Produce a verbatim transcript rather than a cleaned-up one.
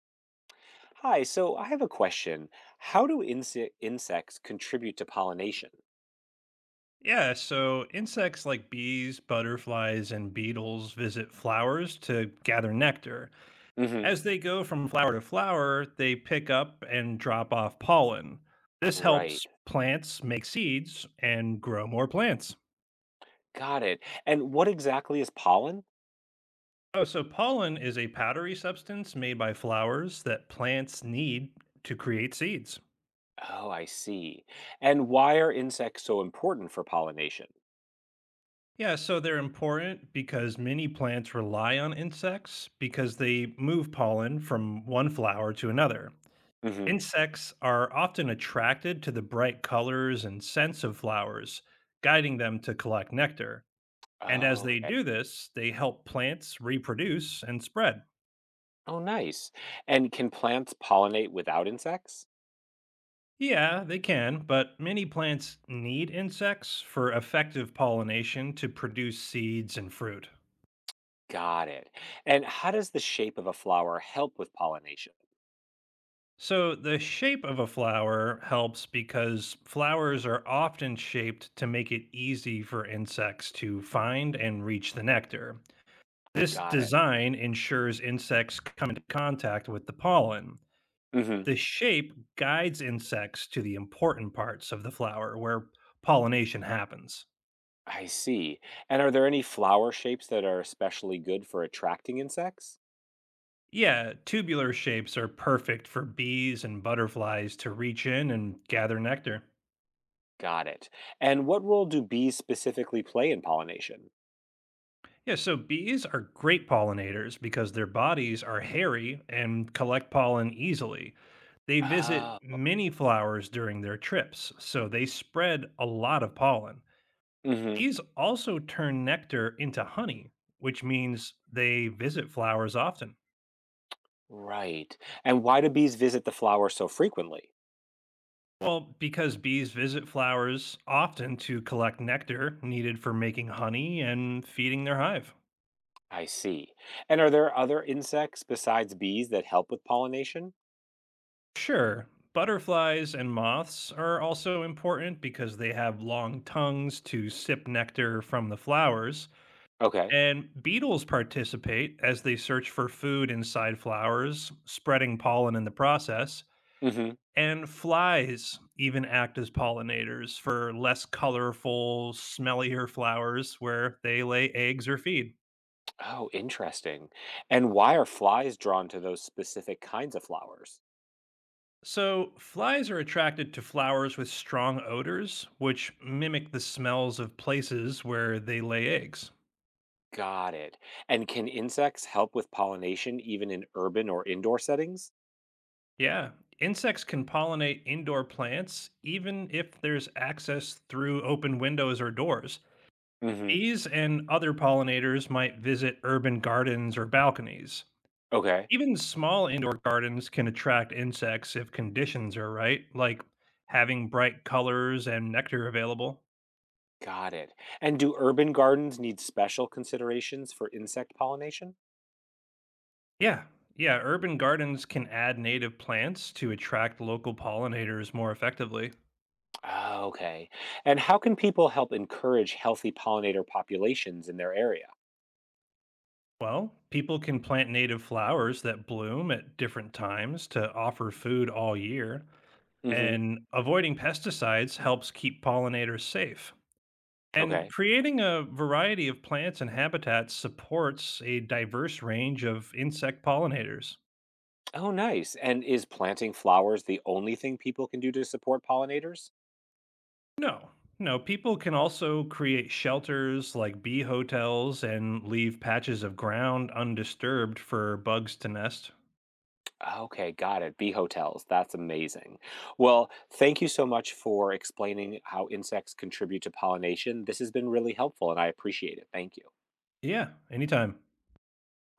Hi, so I have a question. How do inse- insects contribute to pollination? Yeah, so insects like bees, butterflies, and beetles visit flowers to gather nectar. Hmm. As they go from flower to flower, they pick up and drop off pollen. This Right. helps plants make seeds and grow more plants. Got it. And what exactly is pollen? Oh, so pollen is a powdery substance made by flowers that plants need to create seeds. Oh, I see. And why are insects so important for pollination? Yeah, so they're important because many plants rely on insects because they move pollen from one flower to another. Hmm. Insects are often attracted to the bright colors and scents of flowers, guiding them to collect nectar. And as Oh, they okay. do this, they help plants reproduce and spread. Oh, nice. And can plants pollinate without insects? Yeah, they can, but many plants need insects for effective pollination to produce seeds and fruit. Got it. And how does the shape of a flower help with pollination? So the shape of a flower helps because flowers are often shaped to make it easy for insects to find and reach the nectar. This Got it. design ensures insects come into contact with the pollen. Hmm. The shape guides insects to the important parts of the flower where pollination happens. I see. And are there any flower shapes that are especially good for attracting insects? Yeah, tubular shapes are perfect for bees and butterflies to reach in and gather nectar. Got it. And what role do bees specifically play in pollination? Yeah, so bees are great pollinators because their bodies are hairy and collect pollen easily. They visit Ah, many flowers during their trips, so they spread a lot of pollen. hmm, Bees also turn nectar into honey, which means they visit flowers often. right. And why do bees visit the flower so frequently? Well, because bees visit flowers often to collect nectar needed for making honey and feeding their hive. I see. And are there other insects besides bees that help with pollination? Sure, butterflies and moths are also important because they have long tongues to sip nectar from the flowers. Okay. And beetles participate as they search for food inside flowers, spreading pollen in the process. Hmm. And flies even act as pollinators for less colorful, smellier flowers where they lay eggs or feed. Oh, interesting. And why are flies drawn to those specific kinds of flowers? So, flies are attracted to flowers with strong odors, which mimic the smells of places where they lay eggs. Got it. And can insects help with pollination even in urban or indoor settings? Yeah, insects can pollinate indoor plants even if there's access through open windows or doors. Hmm. Bees and other pollinators might visit urban gardens or balconies. Okay. Even small indoor gardens can attract insects if conditions are right, like having bright colors and nectar available. Got it. And do urban gardens need special considerations for insect pollination? Yeah, yeah, urban gardens can add native plants to attract local pollinators more effectively. Ah, okay. And how can people help encourage healthy pollinator populations in their area? Well, people can plant native flowers that bloom at different times to offer food all year, Hmm. and avoiding pesticides helps keep pollinators safe. And Okay. creating a variety of plants and habitats supports a diverse range of insect pollinators. Oh, nice. And is planting flowers the only thing people can do to support pollinators? No, no, people can also create shelters like bee hotels and leave patches of ground undisturbed for bugs to nest. Okay, got it. Bee hotels. That's amazing. Well, thank you so much for explaining how insects contribute to pollination. This has been really helpful and I appreciate it. Thank you. Yeah, anytime.